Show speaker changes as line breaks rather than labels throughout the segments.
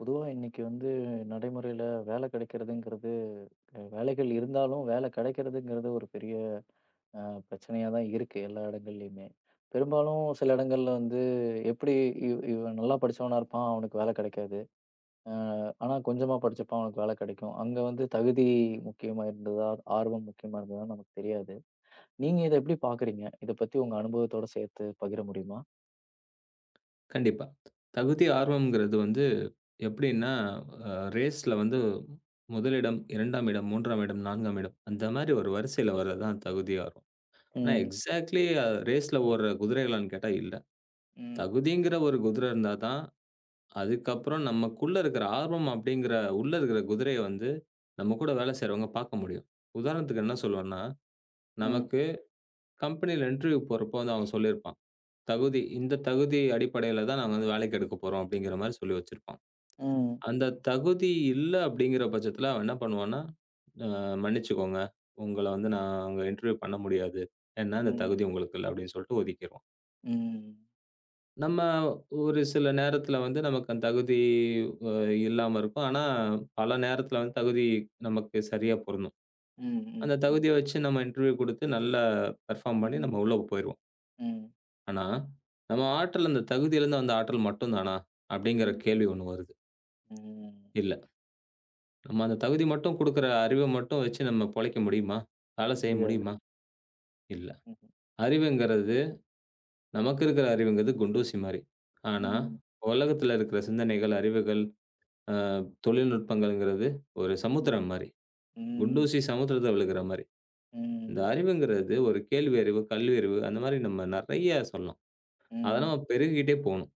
பொதுவா இன்னைக்கு வந்து நடைமுறையில வேலை கிடைக்கிறதுங்கிறது, வேலைகள் இருந்தாலும் வேலை கிடைக்கிறதுங்கிறது ஒரு பெரிய அ பிரச்சனையா தான் இருக்கு எல்லா இடங்கள்லயுமே. பெரும்பாலும் சில இடங்கள்ல வந்து எப்படி இவன் நல்லா படிச்சவனா இருப்பான், அவனுக்கு வேலை கிடைக்காது. அ ஆனா கொஞ்சமா படிச்சப்பான் அவனுக்கு வேலை கிடைக்கும். அங்க வந்து தகுதி முக்கியமா இருந்ததா, ஆர்வம் முக்கியமா இருந்ததா நமக்கு தெரியாது. நீங்க இத எப்படி பார்க்குறீங்க? இத பத்தி உங்க அனுபவத்தோட சேர்த்து பகிர முடியுமா?
கண்டிப்பா. தகுதி, ஆர்வம்ங்கிறது வந்து எப்படின்னா, அ ரேஸ்ல வந்து முதலிடம், 2ஆம் இடம், 3ஆம் இடம், 4ஆம் இடம் அந்த மாரி ஒரு வரிசையில வர்றது தான் தகுதி, ஆர்வம். ஆனா
ம்.
எக்ஸாக்ட்லி ரேஸ்ல ஓடுற குதிரைகளான்னு கேட்டா இல்ல.
ம்.
தகுதிங்கிற ஒரு குதிரை இருந்தா தான், அதுக்கப்புறம் நமக்குள்ள இருக்கிற ஆர்வம் அப்படிங்கிற உள்ள இருக்கிற குதிரைய வந்து, நம்ம கூட வேலை செய்றவங்க பார்க்க முடியும். உதாரணத்துக்கு என்ன சொல்லுவேன்னா,
ம்.
நமக்கு கம்பெனியில இன்டர்வியூ போறப்போ வந்து அவன் சொல்லியிருப்பான். தகுதி இந்த தகுதி அடிப்படையில தான் நாங்க வந்து வேலைக்கு எடுக்கப் போறோம் அப்படிங்கிற மாரி சொல்லி வச்சிருப்பான்.
ம்.
அந்த தகுதி இல்ல அப்படிங்கிற பட்சத்தில அவன் என்ன பண்ணுவான்னா, "அ மன்னிச்சுக்கோங்க. உங்கள வந்து நான் அங்க இன்டர்வியூ பண்ண முடியாது. ஏன்னா இந்த
ம்.
தகுதி
ம்.
உங்களுக்கு இல்ல" அப்படின்னு சொல்லிட்டு ஒதுக்கிருவான்.
ம்.
நம்ம ஒரு சில நேரத்தில வந்து நமக்கு அந்த தகுதி அ இல்லாம இருக்கும். ஆனா, பல நேரத்தில வந்து தகுதி நமக்கு சரியா பொருந்தும்.
ம்.
அந்த
ம்.
தகுதிய வச்சு நம்ம இன்டர்வியூ குடுத்து நல்லா பெர்ஃபார்ம் பண்ணி நம்ம
ம்.
உள்ள போயிருவோம்.
ம்.
ஆனா, நம்ம ஆற்றல் அந்த தகுதியிலேருந்து வந்த ஆற்றல் மட்டும் தானா? அப்படிங்கிற
ம்.
கேள்வி ஒண்ணு வருது.
ம்.
இல்ல. நம்ம அந்த தகுதி மட்டும் குடுக்குற அறிவ மட்டும் வச்சு நம்ம பொழைக்க முடியுமா? வேலை செய்ய
முடியாது.
முடியுமா? இல்ல.
ம்ஹ்ம்.
அறிவுங்கிறது நமக்கு இருக்கிற அறிவுங்கிறது குண்டூசி மாரி. ஆனா,
ம்.
உலகத்துல இருக்கிற சிந்தனைகள், அறிவுகள், அ தொழில்நுட்பங்கள்ங்கிறது ஒரு
ம்.
சமுத்திரம் மாரி.
ம்.
குண்டூசி சமுத்திரத்துல விழுகிற மாரி. இந்த
ம்.
அறிவுங்கிறது ஒரு கேள்வி அறிவு, கல்வி அறிவு அந்த மாரி நம்ம நெறைய சொல்லலாம். அத
ம். ம்.
நம்ம பெருகிக்கிட்டே போணும்.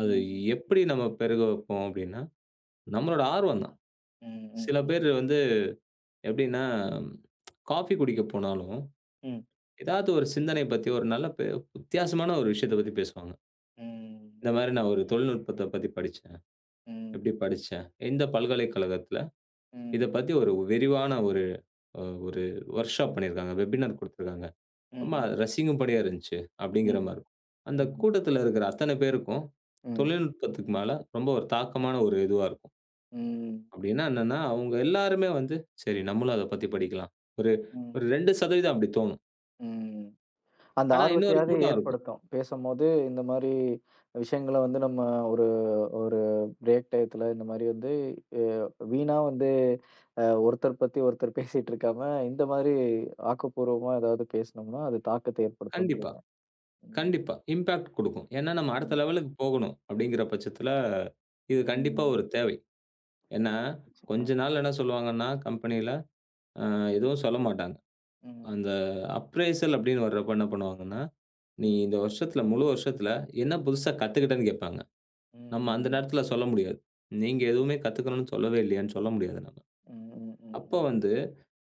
அது
ம்.
எப்படி நம்ம பெருக வைப்போம் அப்படின்னா, நம்மளோட ஆர்வம் தான்.
ம்.
சில
ம்.
பேர் வந்து எப்படின்னா, காஃபி குடிக்க போனாலும்
ம்.
ஏதாவது ஒரு சிந்தனை பத்தி ஒரு நல்ல வித்தியாசமான ஒரு விஷயத்த பத்தி பேசுவாங்க. இந்த மாரி நான் ஒரு தொழில்நுட்பத்த பத்தி படிச்சேன்.
ம்.
எப்படி படிச்சேன்? இந்த பல்கலைக்கழகத்துல
ம்.
இத பத்தி ஒரு விரிவான ஒரு ஒரு வொர்க்ஷாப் பண்ணியிருக்காங்க. வெபினார் குடுத்துருக்காங்க. ரொம்ப
ம்.
ரசிக்கும்படியா இருந்துச்சு. அப்படிங்கிற
ம்ஹ்ம்.
மாரி. அந்த
ம்.
கூட்டத்துல இருக்கிற அத்தன பேருக்கும்
ம். ம். ம்.
தொழில்நுட்பத்துக்கு மேல ரொம்ப ஒரு தாக்கமான ஒரு இதுவா இருக்கும்.
ம்.
அப்படின்னா என்னன்னா, அவங்க எல்லாருமே வந்து சரி நம்மளும் அத பத்தி படிக்கலாம். ஒரு
ம்.
ஒரு 2% அப்படி தோணும்.
ம். அந்த
ஆனா இன்னொரு
ஆர்வத்தையாவது
கூட்டம் இருக்கும்.
ஏற்படுத்தும். பேசும்போது இந்த மாரி விஷயங்கள வந்து நம்ம ஒரு ஒரு பிரேக் டயத்துல இந்த மாரி வந்து அ வீணா வந்து ஒருத்தர் பத்தி ஒருத்தர் பேசிட்டு இருக்காம, இந்த மாரி ஆக்கப்பூர்வமா ஏதாவது பேசுனோம்னா, அது தாக்கத்த
கண்டிப்பா.
ஏற்படுத்தும்ன்றீங்க. ம்.
கண்டிப்பா. இம்பாக்ட் குடுக்கும். ஏன்னா, நம்ம அடுத்த
ம்.
லெவலுக்கு போகணும் அப்படிங்கிற பட்சத்தில, இது கண்டிப்பா
ம்.
ஒரு தேவை. ஏன்னா,
அ,
கொஞ்ச நாள் என்ன சொல்லுவாங்கன்னா, கம்பெனியில அ எதுவும் சொல்ல மாட்டாங்க.
ம்,
அந்த அப்ரைசல் அப்படின்னு வர்றப்ப என்ன பண்ணுவாங்கன்னா, "நீ
ம்.
இந்த வருஷத்தில முழு வருஷத்தில என்ன புதுசா கத்துக்கிட்டன்னு?" கேட்பாங்க. நம்ம
ம்.
அந்த
ம்.
நேரத்தில சொல்ல முடியாது. "நீங்க எதுவுமே கத்துக்கணும்னு சொல்லவே இல்லையான்னு?" சொல்ல முடியாது நம்ம.
ம்.
அப்ப
ம்.
வந்து,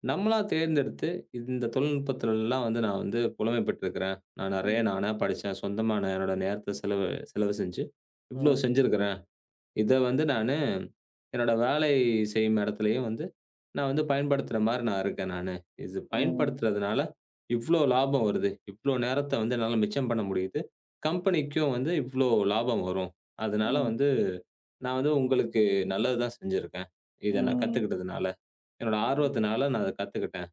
நம்மளா தேர்ந்தெடுத்து இந்த தொழில்நுட்பத்துலலாம் வந்து நான் வந்து புலமை பெற்றிருக்கிறேன். நான் நெறைய
ம்.
நானா படிச்சேன். சொந்தமா நான் என்னோட நேரத்த செலவு செலவு செஞ்சு, இவ்ளோ
ம்.
செஞ்சிருக்கிறேன். இத வந்து நானு என்னோட வேலை செய்யும் இடத்துலயும் வந்து, நான் வந்து பயன்படுத்துற மாரி நான் இருக்கேன் நானு. இது
ம்.
பயன்படுத்துறதுனால இவ்ளோ லாபம் வருது. இவ்ளோ நேரத்த வந்து என்னால மிச்சம் பண்ண முடியுது. கம்பெனிக்கும் வந்து இவ்ளோ லாபம் வரும்.
ம்.
அதனால
ம்.
வந்து நான் வந்து உங்களுக்கு நல்லது தான் செஞ்சிருக்கேன். இத நான்
ம்.
கத்துக்கிட்டதுனால. என்னோட
ம்.
ஆர்வத்தினால நான் அத கத்துக்கிட்டேன்.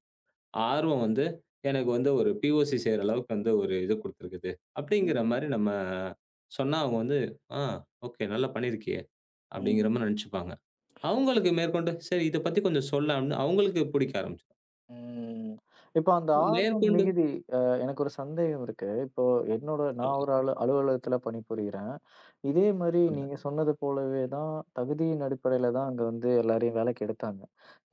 ஆர்வம் வந்து எனக்கு வந்து ஒரு பிஓசி செய்ற அளவுக்கு வந்து ஒரு இது குடுத்துருக்குது. அப்படிங்கிற
ம்.
மாரி நம்ம சொன்னா அவங்க வந்து, "ஆ ஓகே நல்லா பண்ணியிருக்கியே!" அப்படிங்கிற
ம்.
மாரி நெனச்சுப்பாங்க. அவங்களுக்கு மேற்கொண்டு, "சரி இத பத்தி கொஞ்சம் சொல்லேன்" அப்படின்னு அவங்களுக்கு பிடிக்க ஆரம்பிச்சுரும்.
ம். இப்ப அந்த ஆர்வம்
மேற்கொண்டு
மிகுதி எனக்கு ஒரு சந்தேகம் இருக்கு. இப்போ என்னோட நான்
சொல்லுங்க,
ஒரு அலுவலகத்துல பணிபுரிகிறேன். இதே மாரி
சொல்லுங்க,
நீங்க சொன்னது போலவே தான் தகுதியின் அடிப்படையில தான் அங்க வந்து எல்லாரையும் வேலைக்கு எடுத்தாங்க.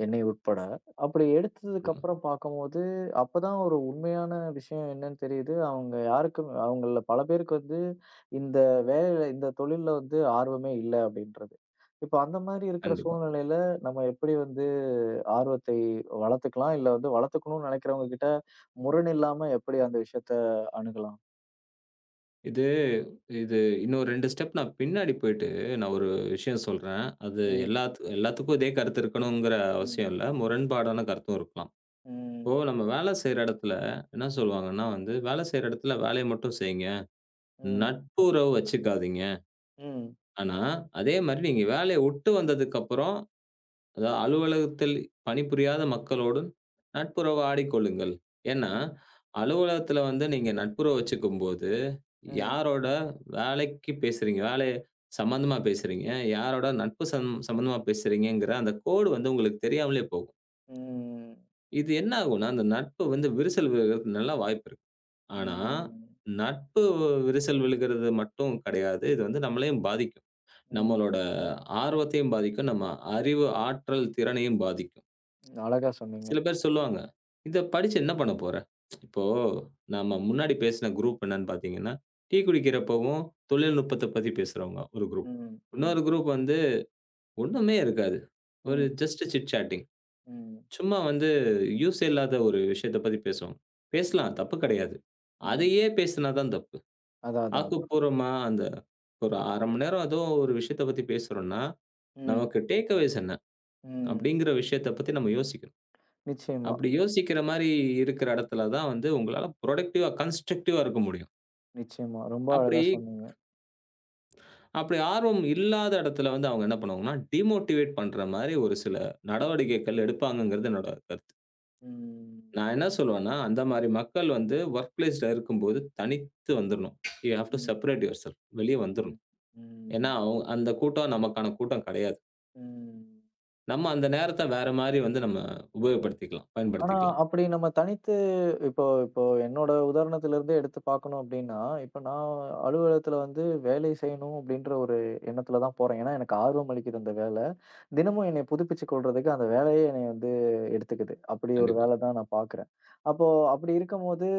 என்னை உட்பட. அப்படி எடுத்ததுக்கு
சொல்லுங்க.
அப்புறம் பார்க்கும்போது, அப்பதான் ஒரு உண்மையான விஷயம் என்னன்னு தெரியுது. அவங்க யாருக்கும் அவங்கள்ல பல பேருக்கு வந்து இந்த வேலையில இந்த தொழில்ல வந்து ஆர்வமே இல்ல அப்படின்றது. இப்ப அந்த மாரி இருக்கிற
கண்டிப்பா.
சூழ்நிலையில நம்ம எப்படி வந்து ஆர்வத்தை வளர்த்துக்கலாம். இல்ல வந்து வளர்த்துக்கணும்னு நினைக்கிறவங்க கிட்ட முரண் இல்லாம எப்படி அந்த விஷயத்த அணுகலாம்?
இது இது இன்னும் 2 ஸ்டெப் நான் பின்னாடி போயிட்டு நான் ஒரு விஷயம் சொல்றேன். அது
ம்.
எல்லாத்துக்கும் இதே கருத்து இருக்கணுங்கிற
ம்.
அவசியம் இல்ல. முரண்பாடான கருத்தும் இருக்கலாம். இப்போ
ம்.
நம்ம வேலை செய்ற இடத்துல என்ன சொல்லுவாங்கன்னா வந்து, "வேலை செய்ற இடத்துல வேலைய மட்டும் செய்யுங்க.
ம்.
நட்புறவு வச்சுக்காதீங்க."
ம்.
ஆனா, அதே மாரி நீங்க வேலைய உட்டு வந்ததுக்கப்புறம், அதாவது அலுவலகத்தில் பணிபுரியாத மக்களோடு நட்புறவு ஆடிக்கொள்ளுங்கள். ஏன்னா,
ம்.
அலுவலகத்துல வந்து நீங்க நட்புறவு வச்சுக்கும்போது,
ம்.
யாரோட வேலைக்கு பேசுறீங்க? வேலை சம்மந்தமா பேசுறீங்க? யாரோட நட்பு சம்மந்தமா பேசுறீங்கங்கிற அந்த கோடு வந்து உங்களுக்கு தெரியாமலே போகும்.
ம்.
இது என்ன ஆகும்னா, அந்த நட்பு வந்து விரிசல் விழறதுக்கு நல்லா வாய்ப்பு இருக்கு. ஆனா,
ம்.
நட்பு விரிசல் விழுகிறது மட்டும் கிடையாது. இது வந்து நம்மளையும் பாதிக்கும்.
ம்.
நம்மளோட ஆர்வத்தையும் பாதிக்கும். நம்ம அறிவு, ஆற்றல், திறனையும் பாதிக்கும்.
அழகா சொன்னீங்க.
சில பேர் சொல்லுவாங்க, "இத படிச்சு என்ன பண்ண போற?" இப்போ நம்ம முன்னாடி பேசின குரூப் என்னன்னு பார்த்தீங்கன்னா, டீ
ம்.
குடிக்கிறப்பவும் தொழில்நுட்பத்த பத்தி பேசுறவங்க ஒரு குரூப்.
ம். ம்.
இன்னொரு குரூப் வந்து ஒண்ணுமே இருக்காது. ஒரு
ம்.
Just chit chatting.
ம்.
சும்மா வந்து யூஸே இல்லாத ஒரு விஷயத்த பத்தி பேசுவாங்க. பேசலாம், தப்பு கிடையாது. அதையே
ம்.
பேசினா தான் தப்பு.
அதான், அதான், அதான்.
ஆக்கப்பூர்வமா அந்த ஒரு 1/2 மணி நேரம் ஏதோ ஒரு விஷயத்த பத்தி பேசுறோம்ன்னா,
ம்.
நமக்கு டேக் அவேஸ் என்ன?
ம்.
அப்படிங்கிற விஷயத்த பத்தி நம்ம யோசிக்கணும்.
நிச்சயமா.
அப்படி யோசிக்கிற மாரி இருக்கிற இடத்துல தான் வந்து உங்களால புரொடக்டிவா, கன்ஸ்ட்ரக்டிவா இருக்க முடியும்.
நிச்சயமா. ரொம்ப
அப்படி
அழகா சொன்னீங்க.
அப்படி ஆர்வம் இல்லாத இடத்துல வந்து அவங்க என்ன பண்ணுவாங்கன்னா, டிமோட்டிவேட் பண்ற மாரி ஒரு சில நடவடிக்கைகள் எடுப்பாங்கங்கிறது என்னோட கருத்து.
ம்.
நான் என்ன சொல்லுவேன்னா, அந்த மாரி மக்கள் வந்து வொர்க் பிளேஸ்ல இருக்கும்போது தனித்து வந்துரணும். யூ ஹேவ் டூ
ம்.
செப்பரேட் யுவர்செல்ஃப் வெளிய
ம்.
வந்துரணும். ஏன்னா,
ம்.
அந்த கூட்டம் நமக்கான கூட்டம் கிடையாது.
ம்.
நம்ம அந்த நேரத்த வேற மாரி வந்து நம்ம உபயோகப்படுத்திக்கலாம்,
ஆனா,
பயன்படுத்திக்கலாம்.
அப்படி நம்ம தனித்து இப்போ இப்போ என்னோட உதாரணத்திலிருந்தே எடுத்து பார்க்கணும் அப்படின்னா, இப்ப நான் அலுவலகத்துல வந்து வேலை செய்யணும் அப்படின்ற ஒரு எண்ணத்துல தான் போறேன். ஏன்னா, எனக்கு ஆர்வம் அளிக்குது அந்த வேலை. தினமும் என்னைய புதுப்பிச்சுக் கொள்றதுக்கு அந்த வேலையே என்னைய வந்து எடுத்துக்குது. அப்படி ஒரு
கண்டிப்பா.
வேலை தான் நான் பார்க்குறேன். அப்போ அப்படி இருக்கும்போது,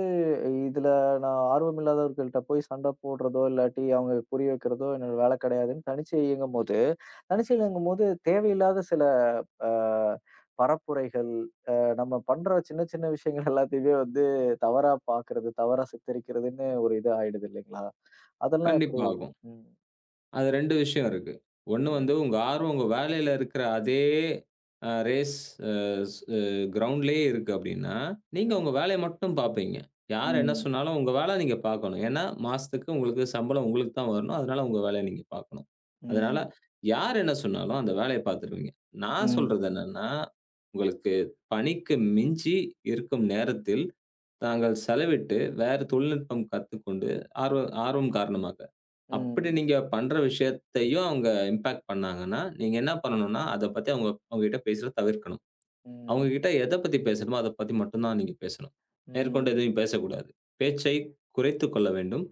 இதுல நான் ஆர்வம் இல்லாதவர்கள்ட்ட போய் சண்டை போடுறதோ, இல்லாட்டி அவங்க புரிய வைக்கிறதோ என்னோட வேலை கிடையாதுன்னு தனிச்சு இயங்கும்போது தனிச்சையிலங்கும்போது தேவையில்லாத சில அ பரப்புரைகள், அ நம்ம பண்ற சின்ன சின்ன விஷயங்கள் எல்லாத்தையுமே வந்து தவறா பார்க்கறது, தவறா சித்தரிக்கிறதுன்னு ஒரு இது ஆயிடுது இல்லைங்களா? அதெல்லாம் எப்படி?
கண்டிப்பா ஆகும்.
ம்.
அது 2 விஷயம் இருக்கு. ஒண்ணு
ம்.
வந்து உங்க ஆர்வம் உங்க வேலையில இருக்கிற அதே அ ரேஸ் அ ஸ் அ கிரவுண்ட்லயே இருக்கு அப்டின்னா, நீங்க
ம்.
உங்க வேலைய மட்டும் பார்ப்பீங்க. யார் என்ன
ம்.
சொன்னாலும் உங்க வேல நீங்க பார்க்கணும். ஏன்னா, மாசத்துக்கு உங்களுக்கு சம்பளம் உங்களுக்கு தான் வரணும். அதனால உங்க வேலைய நீங்க பார்க்கணும். அதனால
ம்.
யார் என்ன சொன்னாலும் அந்த வேலைய பார்த்துருவீங்க. நான்
ம்.
சொல்றது என்னன்னா, உங்களுக்கு பணிக்கு மிஞ்சி இருக்கும் நேரத்தில் தாங்கள் செலவிட்டு வேறு தொழில்நுட்பம் கத்துக்கொண்டு ஆர்வம் காரணமாக அப்படி
ம்.
நீங்க பண்ற விஷயத்தையும் அவங்க இம்பாக்ட் பண்ணாங்கன்னா, நீங்க என்ன பண்ணணும்னா, அத பத்தி அவங்ககிட்ட பேசுறத தவிர்க்கணும்.
ம்.
அவங்ககிட்ட எத பத்தி பேசணுமோ, அத பத்தி மட்டும் தான் நீங்க பேசணும். மேற்கொண்டு
ம்.
எதையும் பேசக்கூடாது. பேச்சை குறைத்துக் கொள்ள வேண்டும்.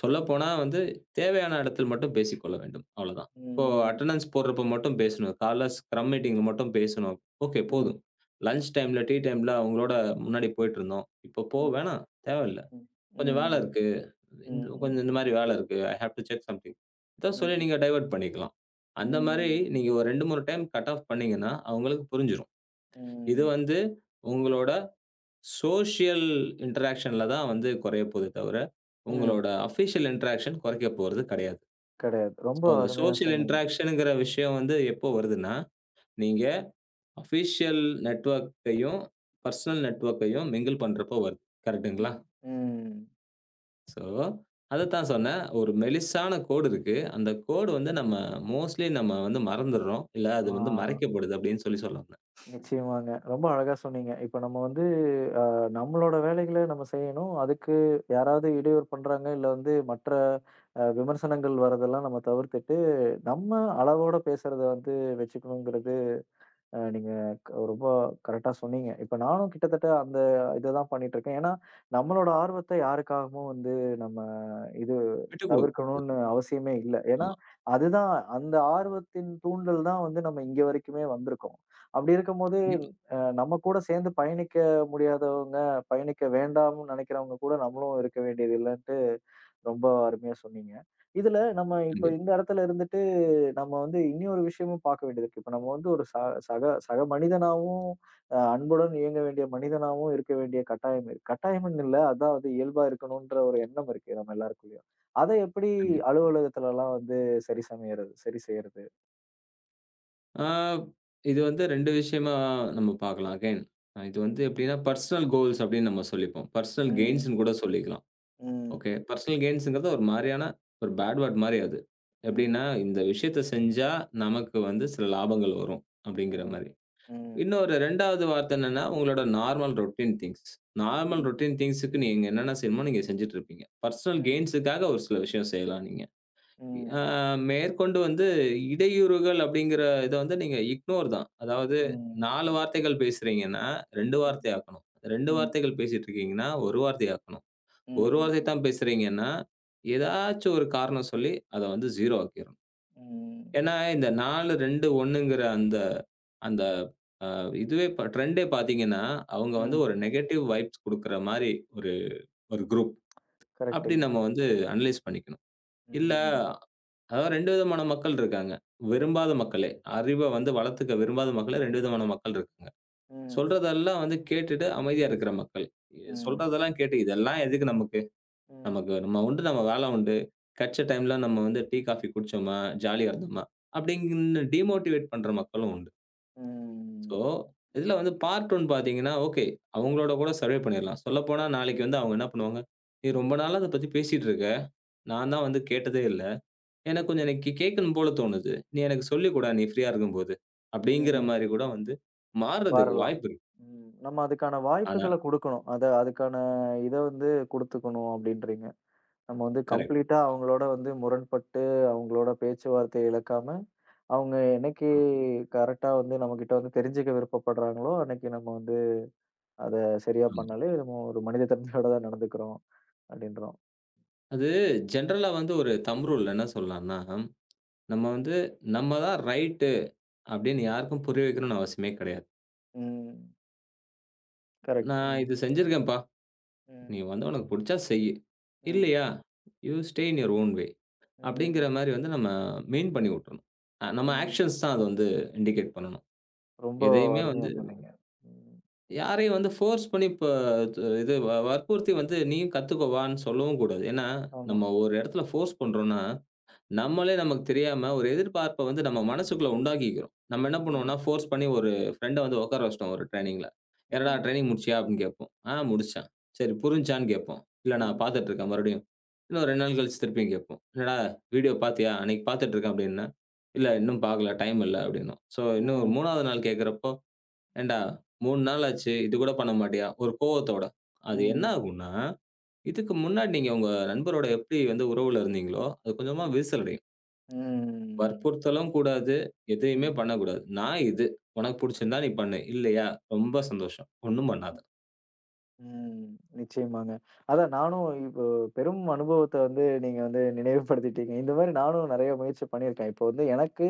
சொல்லப்போனா வந்து தேவையான இடத்தில் மட்டும் பேசிக்கொள்ள வேண்டும். அவ்வளதான். இப்போ
ம்.
அட்டெண்டன்ஸ் போடுறப்ப மட்டும் பேசணும். காலைல ஸ்க்ரம் மீட்டிங்ல மட்டும் பேசணும். ஓகே
ம். ம்.
போதும். லஞ்ச் டைம்ல, டீ டைம்ல அவங்களோட முன்னாடி போயிட்டுருந்தோம். இப்போ போ
ம்.
வேணாம். தேவையில்ல.
ம்.
கொஞ்சம் வேலை
ம்.
இருக்கு.
ம்.
இந்த
ம்.
கொஞ்சம் இந்த மாதிரி வேலை இருக்கு. I have to check something. ஏதோ சொல்லி
ம்,
நீங்க டைவர்ட் பண்ணிக்கலாம். அந்த மாரி
ம்,
நீங்க ஒரு 2, 3 டைம் கட் ஆஃப் பண்ணீங்கன்னா, அவங்களுக்கு புரிஞ்சிரும். இது
ம்,
வந்து உங்களோட சோசியல் இன்டராக்ஷன்ல தான் வந்து குறைய போதே தவிர,
ம்.
உங்களோட அஃபிஷியல் இன்டராக்ஷன் குறைக்க போறது கிடையாது.
கிடையாது.
ஸோ,
ரொம்ப
அந்த
அருமையா
சோசியல்
சொன்னீங்க.
இன்டராக்ஷன்ங்கிற விஷயம் வந்து எப்போ வருதுன்னா, நீங்க அஃபிஷியல் நெட்வொர்க்கையும், பெர்சனல் நெட்வொர்க்கையும் மிங்கிள் பண்றப்போ வருது. கரெக்ட்டுங்களா?
ம், ம்.
ஸோ, அதத்தான் சொன்னேன். ஒரு மெலிசான கோடு இருக்கு. அந்த கோடு வந்து நம்ம மோஸ்ட்லி நம்ம வந்து மறந்துடுறோம். இல்ல
ஆ.
அது வந்து மறைக்கப்படுது அப்படின்னு சொல்ல வந்தேன்.
நிச்சயமாங்க. ரொம்ப அழகா சொன்னீங்க. இப்ப நம்ம வந்து அ நம்மளோட வேலைகள நம்ம செய்யணும். அதுக்கு யாராவது இடையூறு பண்றாங்க, இல்ல வந்து மற்ற விமர்சனங்கள் வரதெல்லாம் நம்ம தவிர்த்துட்டு, நம்ம அளவோட பேசுறத வந்து வச்சுக்கணுங்கிறது நீங்க ரொம்ப கரெக்ட்டா சொன்னீங்க. இப்ப நானும் கிட்டத்தட்ட அந்த இததான் பண்ணிட்டுருக்கேன். ஏன்னா, நம்மளோட ஆர்வத்த யாருக்காகவும் வந்து நம்ம இது
விட்டுக் குடு
தவிர்க்கணும்னு அவசியமே இல்ல. ஏன்னா,
ஆமா.
அதுதான் அந்த ஆர்வத்தின் தூண்டல் தான் வந்து நம்ம இங்க வரைக்குமே வந்திருக்கோம். அப்படி இருக்கும்போது
கண்டிப்பா,
நம்ம கூட சேர்ந்து பயணிக்க முடியாதவங்க, பயணிக்க வேண்டாம்னு நினைக்கிறவங்க கூட நம்மளும் இருக்க வேண்டியது இல்லன்ட்டு ரொம்ப அருமையா சொன்னீங்க. இதுல நம்ம இப்ப
கண்டிப்பா,
இந்த இடத்துல இருந்துட்டு நம்ம வந்து இன்னொரு விஷயமும் பார்க்க வேண்டியது இருக்கு. இப்ப நம்ம வந்து ஒரு ச சக சக மனிதனாவும், அன்புடன் இயங்க வேண்டிய மனிதனாவும் இருக்க வேண்டிய கட்டாயம் இருக்கு. கட்டாயம்னு இல்ல, அதான் வந்து இயல்பா இருக்கணுன்ற ஒரு எண்ணம் இருக்கு நம்ம எல்லாருக்குள்ளயும். அத எப்படி
கண்டிப்பா.
அலுவலகத்துலலாம் வந்து சரி சமையறது சரி செய்யறது?
ஆ இது வந்து 2 விஷயமா நம்ம பார்க்கலாம். அகைன் இது வந்து எப்படின்னா பெர்சனல் கோல்ஸ் அப்படின்னு நம்ம சொல்லிப்போம். பெர்சனல்
ம்,
கெயின்ஸ்ன்னு கூட சொல்லிக்கலாம்.
ம்,
ஓகே. பெர்சனல் கெயின்ஸ்ங்கிறது ஒரு மாரியான ஒரு பேட் வேர்ட் மாரி அது.
ம்,
எப்படின்னா
ம்,
இந்த விஷயத்த செஞ்சா நமக்கு வந்து சில லாபங்கள் வரும் அப்படிங்கிற
ம்,
மாரி.
ம்,
இன்னொரு 2வது வார்த்தை என்னன்னா, உங்களோட normal routine things. Normal routine திங்ஸ்‌க்கு நீங்க என்னென்ன செய்யணுமோ நீங்க செஞ்சுட்டு இருப்பீங்க. பர்சனல்
ம்,
கெயின்ஸ்‌க்காக ஒரு சில விஷயம் செய்யலாம் நீங்க. அ
ம்.
மேற்கொண்டு வந்து இடையூறுகள் அப்படிங்கிற இத வந்து நீங்க இக்னோர் தான். அதாவது
ம்.
4 வார்த்தைகள் பேசுறீங்கன்னா, 2 வார்த்தை
ம்.
ஆக்கணும். 2
ம்.
வார்த்தைகள் பேசிட்டு இருக்கீங்கன்னா, 1 வார்த்தை ஆக்கணும். 1
ம்.
வார்த்தை தான் பேசுறீங்கன்னா, ஏதாச்சும் ஒரு காரணம் சொல்லி அத வந்து 0 ஆக்கிரணும்.
ம்.
ஏன்னா, இந்த 4, 2, 1ங்கிற அந்த அந்த அ இதுவே இப்ப ட்ரெண்டே பார்த்தீங்கன்னா, அவங்க வந்து
ம்.
ஒரு நெகட்டிவ் வைப்ஸ் குடுக்குற மாரி ஒரு ஒரு குரூப். அப்படி
கரெக்ட்டுங்க.
நம்ம வந்து அனலைஸ் பண்ணிக்கணும். இல்ல
ம்.
அதாவது 2 விதமான மக்கள் இருக்காங்க. விரும்பாத மக்களே, அறிவ வந்து வளர்த்துக்க விரும்பாத மக்களே 2 விதமான மக்கள் இருக்காங்க.
ம்.
சொல்றதெல்லாம் வந்து கேட்டுட்டு அமைதியா இருக்கிற மக்கள்.
ம்.
சொல்றதெல்லாம் கேட்டு இதெல்லாம் எதுக்கு நமக்கு?
ம்.
நமக்கு நம்ம உண்டு நம்ம வேலை உண்டு. கெடச்ச டைம்ல நம்ம வந்து டீ, காஃபி குடிச்சோமா, ஜாலியா
ம்.
இருந்தோமா, அப்படின்னு டிமோட்டிவேட் பண்ற மக்களும் உண்டு. ஸோ,
ம்.
இதுல வந்து பார்ட் 1 பார்த்தீங்கன்னா, ஓகே. அவங்களோட கூட சர்வே பண்ணிடலாம். சொல்லப்போனா நாளைக்கு வந்து அவங்க என்ன பண்ணுவாங்க, "நீ ரொம்ப நாளா அத பத்தி பேசிட்டு இருக்க. நான் தான் வந்து கேட்டதே இல்ல. எனக்கு கொஞ்சம்
ம்.
இன்னைக்கு கேட்கணும் போல தோணுது. நீ எனக்கு சொல்லிக் குடேன் நீ ஃப்ரீயா இருக்கும்போது." அப்படிங்கிற
ம்.
மாரி கூட வந்து மாறுறதுக்கு
வரலாம்.
வாய்ப்பு இருக்கு.
ம். நம்ம அதுக்கான
ஆனா
வாய்ப்புகள குடுக்கணும். அத அதுக்கான இத வந்து குடுத்துக்கணும் அப்டின்றீங்க. நம்ம வந்து
கரெக்ட்.
கம்ப்ளீட்டா அவங்களோட வந்து முரண்பட்டு, அவங்களோட பேச்சுவார்த்தைய இழக்காம, அவங்க என்னைக்கு
ஆமா,
கரெக்ட்டா வந்து நம்மகிட்ட வந்து தெரிஞ்சுக்க விருப்பப்படுறாங்களோ, அன்னைக்கு நம்ம வந்து அத சரியா
ஆமா.
பண்ணாலே நம்ம ஒரு மனித தன்மையோட தான் நடந்துக்கிறோம் அப்டின்றோம்.
அது ஜெனரலா வந்து ஒரு தம்ப் ரூல் என்ன சொல்லலாம்னா, நம்ம வந்து நம்ம தான் ரைட்டு அப்படின்னு யாருக்கும் புரிய வைக்கணும்னு அவசியமே கிடையாது.
ம். கரெக்ட்.
"நான்
ம்.
இது செஞ்சிருக்கேன்ப்பா.
ம்.
நீ வந்து உனக்கு புடிச்சா செய்யு.
ம்.
இல்லையா, you stay in your own way. அப்படிங்கிற
ம்.
மாரி வந்து நம்ம மெயின் பண்ணி விட்டுறணும். நம்ம
ம்.
ஆக்ஷன்ஸ் தான் அத வந்து இண்டிகேட் பண்ணணும்.
ரொம்ப
எதையுமே
அருமையா
வந்து
சொன்னீங்க. ம்.
யாரையும் வந்து ஃபோர்ஸ் பண்ணி இப்ப து இது வ வற்புறுத்தி வந்து நீயும் கத்துக்கோ வான்னு சொல்லவும் கூடாது. ஏன்னா,
ஆமா.
நம்ம ஒரு இடத்துல ஃபோர்ஸ் பண்றோம்னா நம்மளே நமக்கு தெரியாம ஒரு எதிர்பார்ப்ப வந்து நம்ம மனசுக்குள்ள உண்டாக்கிக்கிறோம். நம்ம என்ன
ம்.
பண்ணுவோம்னா, ஃபோர்ஸ் பண்ணி ஒரு ஃப்ரெண்ட வந்து உட்கார வச்சுட்டோம் ஒரு ட்ரெய்னிங்ல. "என்னடா
ம்.
ட்ரெய்னிங் முடிச்சியா?" அப்படின்னு கேட்போம். "ஆ முடிச்சேன்." "சரி புரிஞ்சான்னு?" கேட்போம். "இல்ல நான்
ம்.
பார்த்துட்டு இருக்கேன் மறுபடியும்." இன்னும் 2 நாள் கழிச்சு திருப்பியும் கேட்போம். "என்னடா வீடியோ பார்த்தியா? அன்னைக்கு பார்த்துட்டு இருக்கேன்" அப்படின்னேன். "இல்ல
ம்.
இன்னும் பார்க்கல. டைம் இல்ல" அப்படின்னோம். சோ இன்னும்
ம்.
3வது நாள் கேட்கிறப்போ, "ஏன்டா 3 நாள் ஆச்சு. இது கூட பண்ண மாட்டியா?" ஒரு கோவத்தோட. அது என்ன
ம்.
ஆகும்னா, இதுக்கு முன்னாடி நீங்க உங்க நண்பரோட எப்படி வந்து உறவுல இருந்தீங்களோ, அது கொஞ்சமா
ம்.
விரிசல் அடையும்.
ம்.
வற்புறுத்தலும் கூடாது. எதையுமே
ம்.
பண்ணக்கூடாது. நான் இது. உனக்கு புடிச்சிருந்தா நீ பண்ணு. இல்லையா? ரொம்ப சந்தோஷம். ஒண்ணும் பண்ணாத.
ம். நிச்சயமாங்க. அதான் நானும் இப்போ பெரும் அனுபவத்த வந்து நீங்க வந்து நினைவுபடுத்திட்டீங்க. இந்த மாரி நானும் நெறைய முயற்சி பண்ணியிருக்கேன். இப்போ வந்து எனக்கு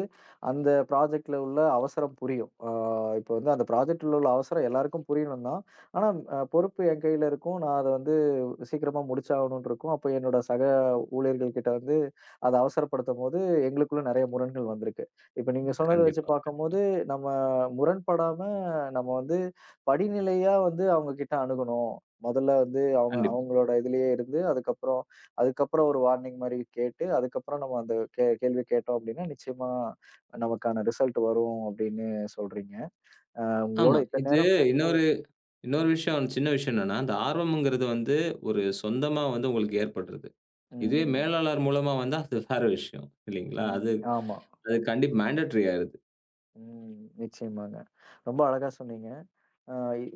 அந்த ப்ராஜெக்ட்ல உள்ள அவசரம் புரியும். ஆ இப்போ வந்து அந்த ப்ராஜெக்ட்ல உள்ள அவசரம் எல்லாருக்கும் புரியணும் தான். ஆனா பொறுப்பு என் கையில இருக்கும். நான் அத வந்து சீக்கிரமா முடிச்சாகணும்னு இருக்கும். அப்போ என்னோட சக ஊழியர்கள்கிட்ட வந்து அத அவசரப்படுத்தும்போது எங்களுக்குள்ள நெறைய முரண்கள் வந்திருக்கு. இப்ப நீங்க சொன்னத வச்சு
கண்டிப்பா, கண்டிப்பா,
பார்க்கும்போது, நம்ம முரண்படாம நம்ம வந்து படிநிலையா வந்து அவங்க கிட்ட அணுகணும். முதல்ல வந்து அவங்க
கண்டிப்பா.
அவங்களோட இதுலயே இருந்து, அதுக்கப்புறம் அதுக்கப்புறம் ஒரு வார்னிங் மாரி கேட்டு, அதுக்கப்புறம் நம்ம அந்த கேள்வி கேட்டோம் அப்டின்னா, நிச்சயமா நமக்கான ரிசல்ட் வரும் அப்டின்னு சொல்றீங்க. அ உங்களோட
ஆமா.
இத்தன
இது
நேரம் பேசுனது
இன்னொரு இன்னொரு
ம்,
விஷயம் சின்ன விஷயம் என்னன்னா, அந்த ஆர்வம்ங்கிறது வந்து ஒரு சொந்தமா வந்து உங்களுக்கு ஏற்படுறது. இதுவே
ம்,
மேலாளர் மூலமா வந்தா அது வேற விஷயம். இல்லைங்களா? அது
ம். ஆமா.
அது கண்டிப்பா மேண்டேட்டரி ஆயிருது.
ம். நிச்சயமாங்க. ரொம்ப அழகா சொன்னீங்க. ஆ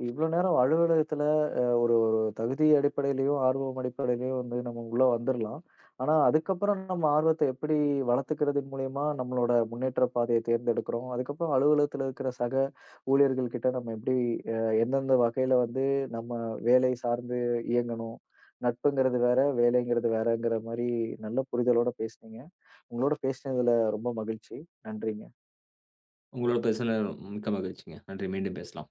இவ்ளோ நேரம் அலுவலகத்துல ஒரு ஒரு தகுதி அடிப்படையிலயும், ஆர்வம் அடிப்படையிலயும் வந்து நம்ம உள்ள வந்துரலாம். ஆனா, அதுக்கப்புறம் நம்ம ஆர்வத்த எப்படி வளர்த்துக்கிறதன் மூலியமா நம்மளோட முன்னேற்ற பாதைய தேர்ந்தெடுக்கிறோம். அதுக்கப்புறம் அலுவலகத்துல இருக்கிற சக ஊழியர்கள் கிட்ட நம்ம எப்படி அ எந்தெந்த வகையில வந்து நம்ம வேலை சார்ந்து இயங்கணும். நட்புங்கிறது வேற, வேலைங்கிறது வேறங்கிற மாரி நல்ல புரிதலோட பேசுனீங்க. உங்களோட பேசினதுல ரொம்ப மகிழ்ச்சி. நன்றிங்க.
உங்களோட பேசுனது மிக்க மகிழ்ச்சிங்க. நன்றி. மீண்டும் பேசலாம்.